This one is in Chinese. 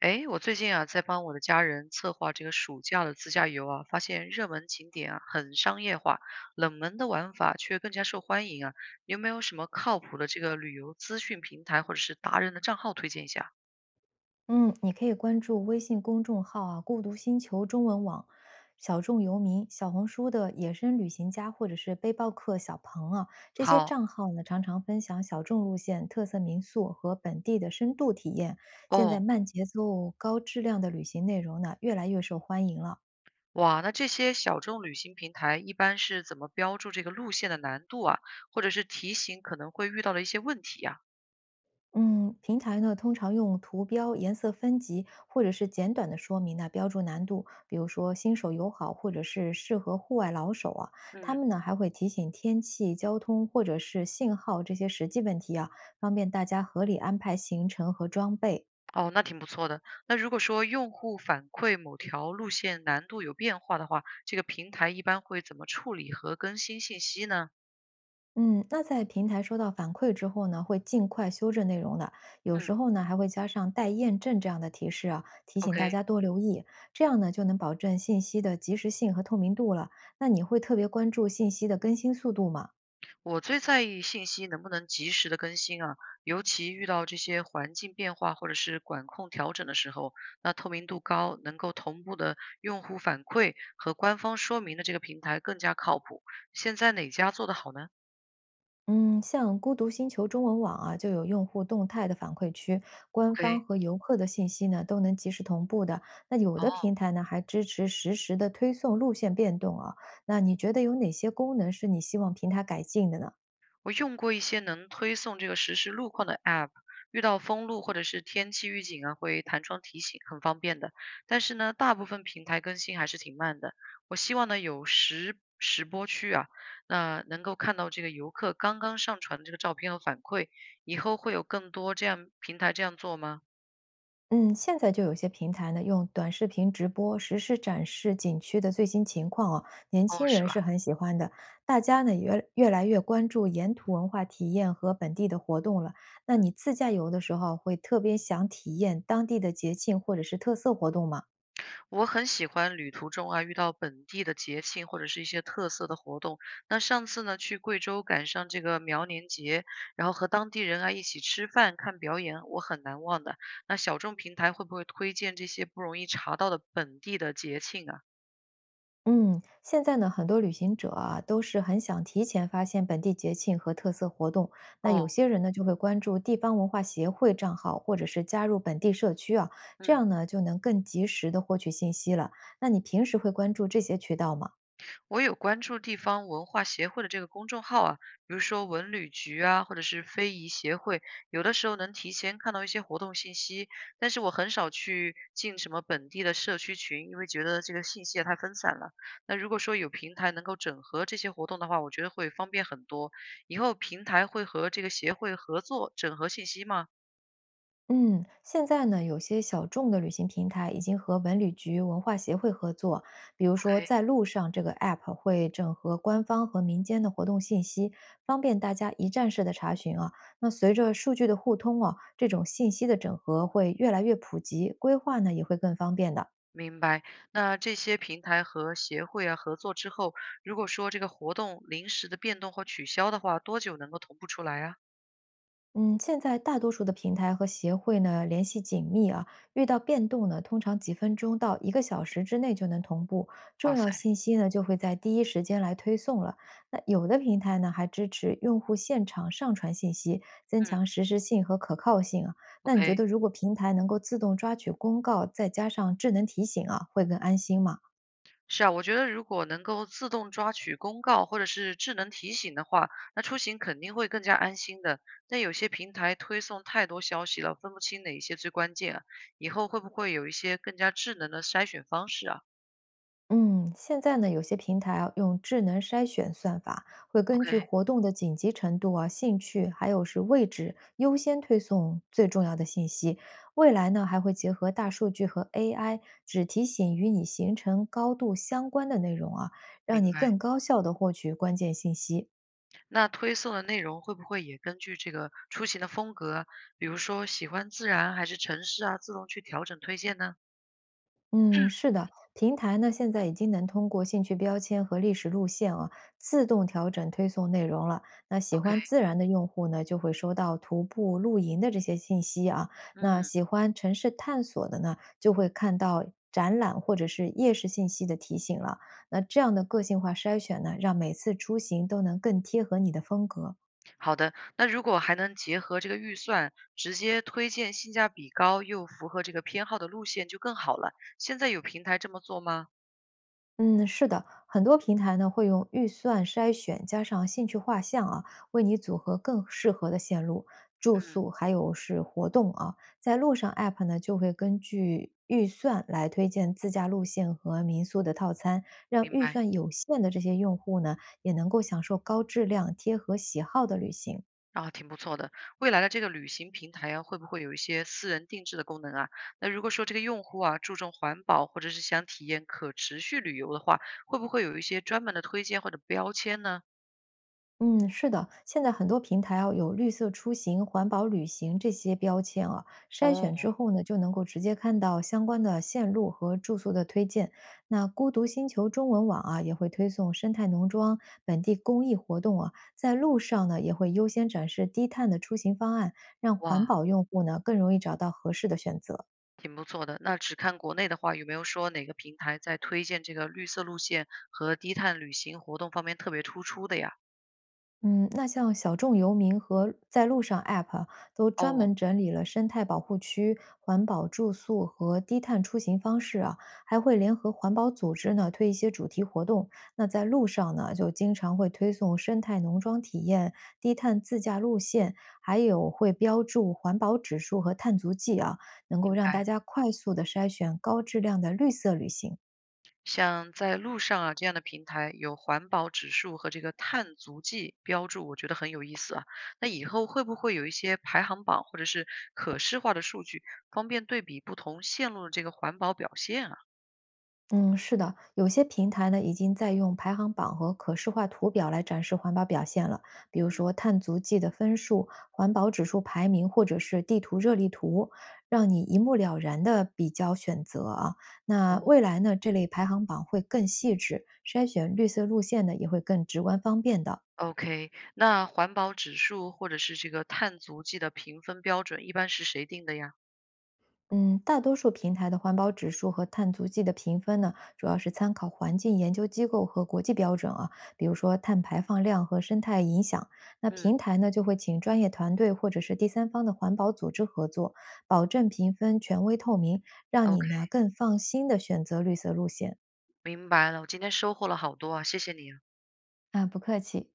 诶，我最近啊，在帮我的家人策划这个暑假的自驾游啊，发现热门景点啊很商业化，冷门的玩法却更加受欢迎啊。你有没有什么靠谱的这个旅游资讯平台或者是达人的账号推荐一下？嗯，你可以关注微信公众号啊“孤独星球中文网”、小众游民、小红书的野生旅行家或者是背包客小鹏啊，这些好账号呢常常分享小众路线、特色民宿和本地的深度体验。现在哦，慢节奏、高质量的旅行内容呢越来越受欢迎了。哇，那这些小众旅行平台一般是怎么标注这个路线的难度啊，或者是提醒可能会遇到的一些问题啊？嗯，平台呢通常用图标、颜色分级，或者是简短的说明呢标注难度，比如说新手友好，或者是适合户外老手啊。他嗯。们呢还会提醒天气、交通或者是信号这些实际问题啊，方便大家合理安排行程和装备。哦，那挺不错的。那如果说用户反馈某条路线难度有变化的话，这个平台一般会怎么处理和更新信息呢？嗯，那在平台收到反馈之后呢，会尽快修正内容的。有嗯，时候呢，还会加上待验证这样的提示啊，提醒大 OK，家多留意。这样呢，就能保证信息的及时性和透明度了。那你会特别关注信息的更新速度吗？我最在意信息能不能及时的更新啊，尤其遇到这些环境变化或者是管控调整的时候，那透明度高、能够同步的用户反馈和官方说明的这个平台更加靠谱。现在哪家做得好呢嗯，像孤独星球中文网啊，就有用户动态的反馈区，官方？OK，和游客的信息呢都能及时同步的。那有的哦。平台呢还支持实时的推送路线变动啊。那你觉得有哪些功能是你希望平台改进的呢？我用过一些能推送这个实时路况的 App，遇到封路或者是天气预警啊，会弹窗提醒，很方便的。但是呢，大部分平台更新还是挺慢的。我希望呢有实时播区啊，那能够看到这个游客刚刚上传的这个照片和反馈，以后会有更多这样平台这样做吗？嗯，现在就有些平台呢，用短视频直播实时展示景区的最新情况啊，年哦，轻是人是吧？很喜欢的。大家呢也越来越关注沿途文化体验和本地的活动了。那你自驾游的时候，会特别想体验当地的节庆或者是特色活动吗？我很喜欢旅途中啊，遇到本地的节庆或者是一些特色的活动。那上次呢，去贵州赶上这个苗年节，然后和当地人啊一起吃饭、看表演，我很难忘的。那小众平台会不会推荐这些不容易查到的本地的节庆啊？嗯，现在呢，很多旅行者啊，都是很想提前发现本地节庆和特色活动。那有哦，些人呢，就会关注地方文化协会账号，或者是加入本地社区啊，这嗯。样呢，就能更及时的获取信息了。那你平时会关注这些渠道吗？我有关注地方文化协会的这个公众号啊，比如说文旅局啊，或者是非遗协会，有的时候能提前看到一些活动信息，但是我很少去进什么本地的社区群，因为觉得这个信息也太分散了。那如果说有平台能够整合这些活动的话，我觉得会方便很多。以后平台会和这个协会合作整合信息吗嗯，现在呢，有些小众的旅行平台已经和文旅局文化协会合作，比如说？OK，在路上这个 app 会整合官方和民间的活动信息，方便大家一站式的查询啊。那随着数据的互通啊，这种信息的整合会越来越普及，规划呢也会更方便的。明白，那这些平台和协会啊合作之后，如果说这个活动临时的变动或取消的话，多久能够同步出来啊？嗯，现在大多数的平台和协会呢联系紧密啊，遇到变动呢，通常几分钟到一个小时之内就能同步，哇重塞，要信息呢就会在第一时间来推送了。那有的平台呢还支持用户现场上传信息，增嗯强实时性和可靠性啊。那你觉，OK，得如果平台能够自动抓取公告，再加上智能提醒啊，会更安心吗？是啊，我觉得如果能够自动抓取公告或者是智能提醒的话，那出行肯定会更加安心的。但有些平台推送太多消息了，分不清哪一些最关键啊，以后会不会有一些更加智能的筛选方式啊嗯，现在呢，有些平台啊用智能筛选算法，会根据？OK，活动的紧急程度啊、兴趣，还有是位置，优先推送最重要的信息。未来呢，还会结合大数据和 AI，只提醒与你行程高度相关的内容啊，让明你白。更高效的获取关键信息。那推送的内容会不会也根据这个出行的风格，比如说喜欢自然还是城市啊，自动去调整推荐呢嗯，是的，平台呢现在已经能通过兴趣标签和历史路线啊，自动调整推送内容了。那喜？OK，欢自然的用户呢，就会收到徒步、露营的这些信息啊。那嗯，喜欢城市探索的呢，就会看到展览或者是夜市信息的提醒了。那这样的个性化筛选呢，让每次出行都能更贴合你的风格。好的。那如果还能结合这个预算，直接推荐性价比高又符合这个偏好的路线就更好了。现在有平台这么做吗？嗯，是的，很多平台呢会用预算筛选加上兴趣画像啊，为你组合更适合的线路、住嗯，宿，还有是活动啊。在路上 App 呢就会根据预算来推荐自驾路线和民宿的套餐，让明预白。算有限的这些用户呢也能够享受高质量、贴合喜好的旅行。啊，挺不错的。未来的这个旅行平台啊，会不会有一些私人定制的功能啊？那如果说这个用户啊注重环保，或者是想体验可持续旅游的话，会不会有一些专门的推荐或者标签呢？嗯，是的，现在很多平台啊有绿色出行、环保旅行这些标签啊，筛选之哦，后呢，就能够直接看到相关的线路和住宿的推荐。那孤独星球中文网啊，也会推送生态农庄、本地公益活动啊，在路上呢也会优先展示低碳的出行方案，让环哇，保用户呢更容易找到合适的选择。挺不错的。那只看国内的话，有没有说哪个平台在推荐这个绿色路线和低碳旅行活动方面特别突出的呀？嗯，那像小众游民和在路上 App 啊都专哦，门整理了生态保护区、环保住宿和低碳出行方式啊，还会联合环保组织呢推一些主题活动。那在路上呢，就经常会推送生态农庄体验、低碳自驾路线，还有会标注环保指数和碳足迹啊，能够明让大白。家快速的筛选高质量的绿色旅行。像在路上啊，这样的平台有环保指数和这个碳足迹标注，我觉得很有意思啊。那以后会不会有一些排行榜或者是可视化的数据，方便对比不同线路的这个环保表现啊？嗯，是的，有些平台呢已经在用排行榜和可视化图表来展示环保表现了，比如嗯，说碳足迹的分数、环保指数排名，或者是地图热力图，让你一目了然的比较选择啊。哦，那未来呢，这类排行榜会更细致，筛选绿色路线呢也会更直观方便的。OK，那环保指数或者是这个碳足迹的评分标准，一般是谁定的呀？嗯，大多数平台的环保指数和碳足迹的评分呢，主要是参考环境研究机构和国际标准啊，比如说碳排放量和生态影响。那嗯平台呢，就会请专业团队或者是第三方的环保组织合作，保证评分权威透明，让你，OK，呢更放心的选择绿色路线。明白了，我今天收获了好多啊，谢谢你啊。啊，不客气。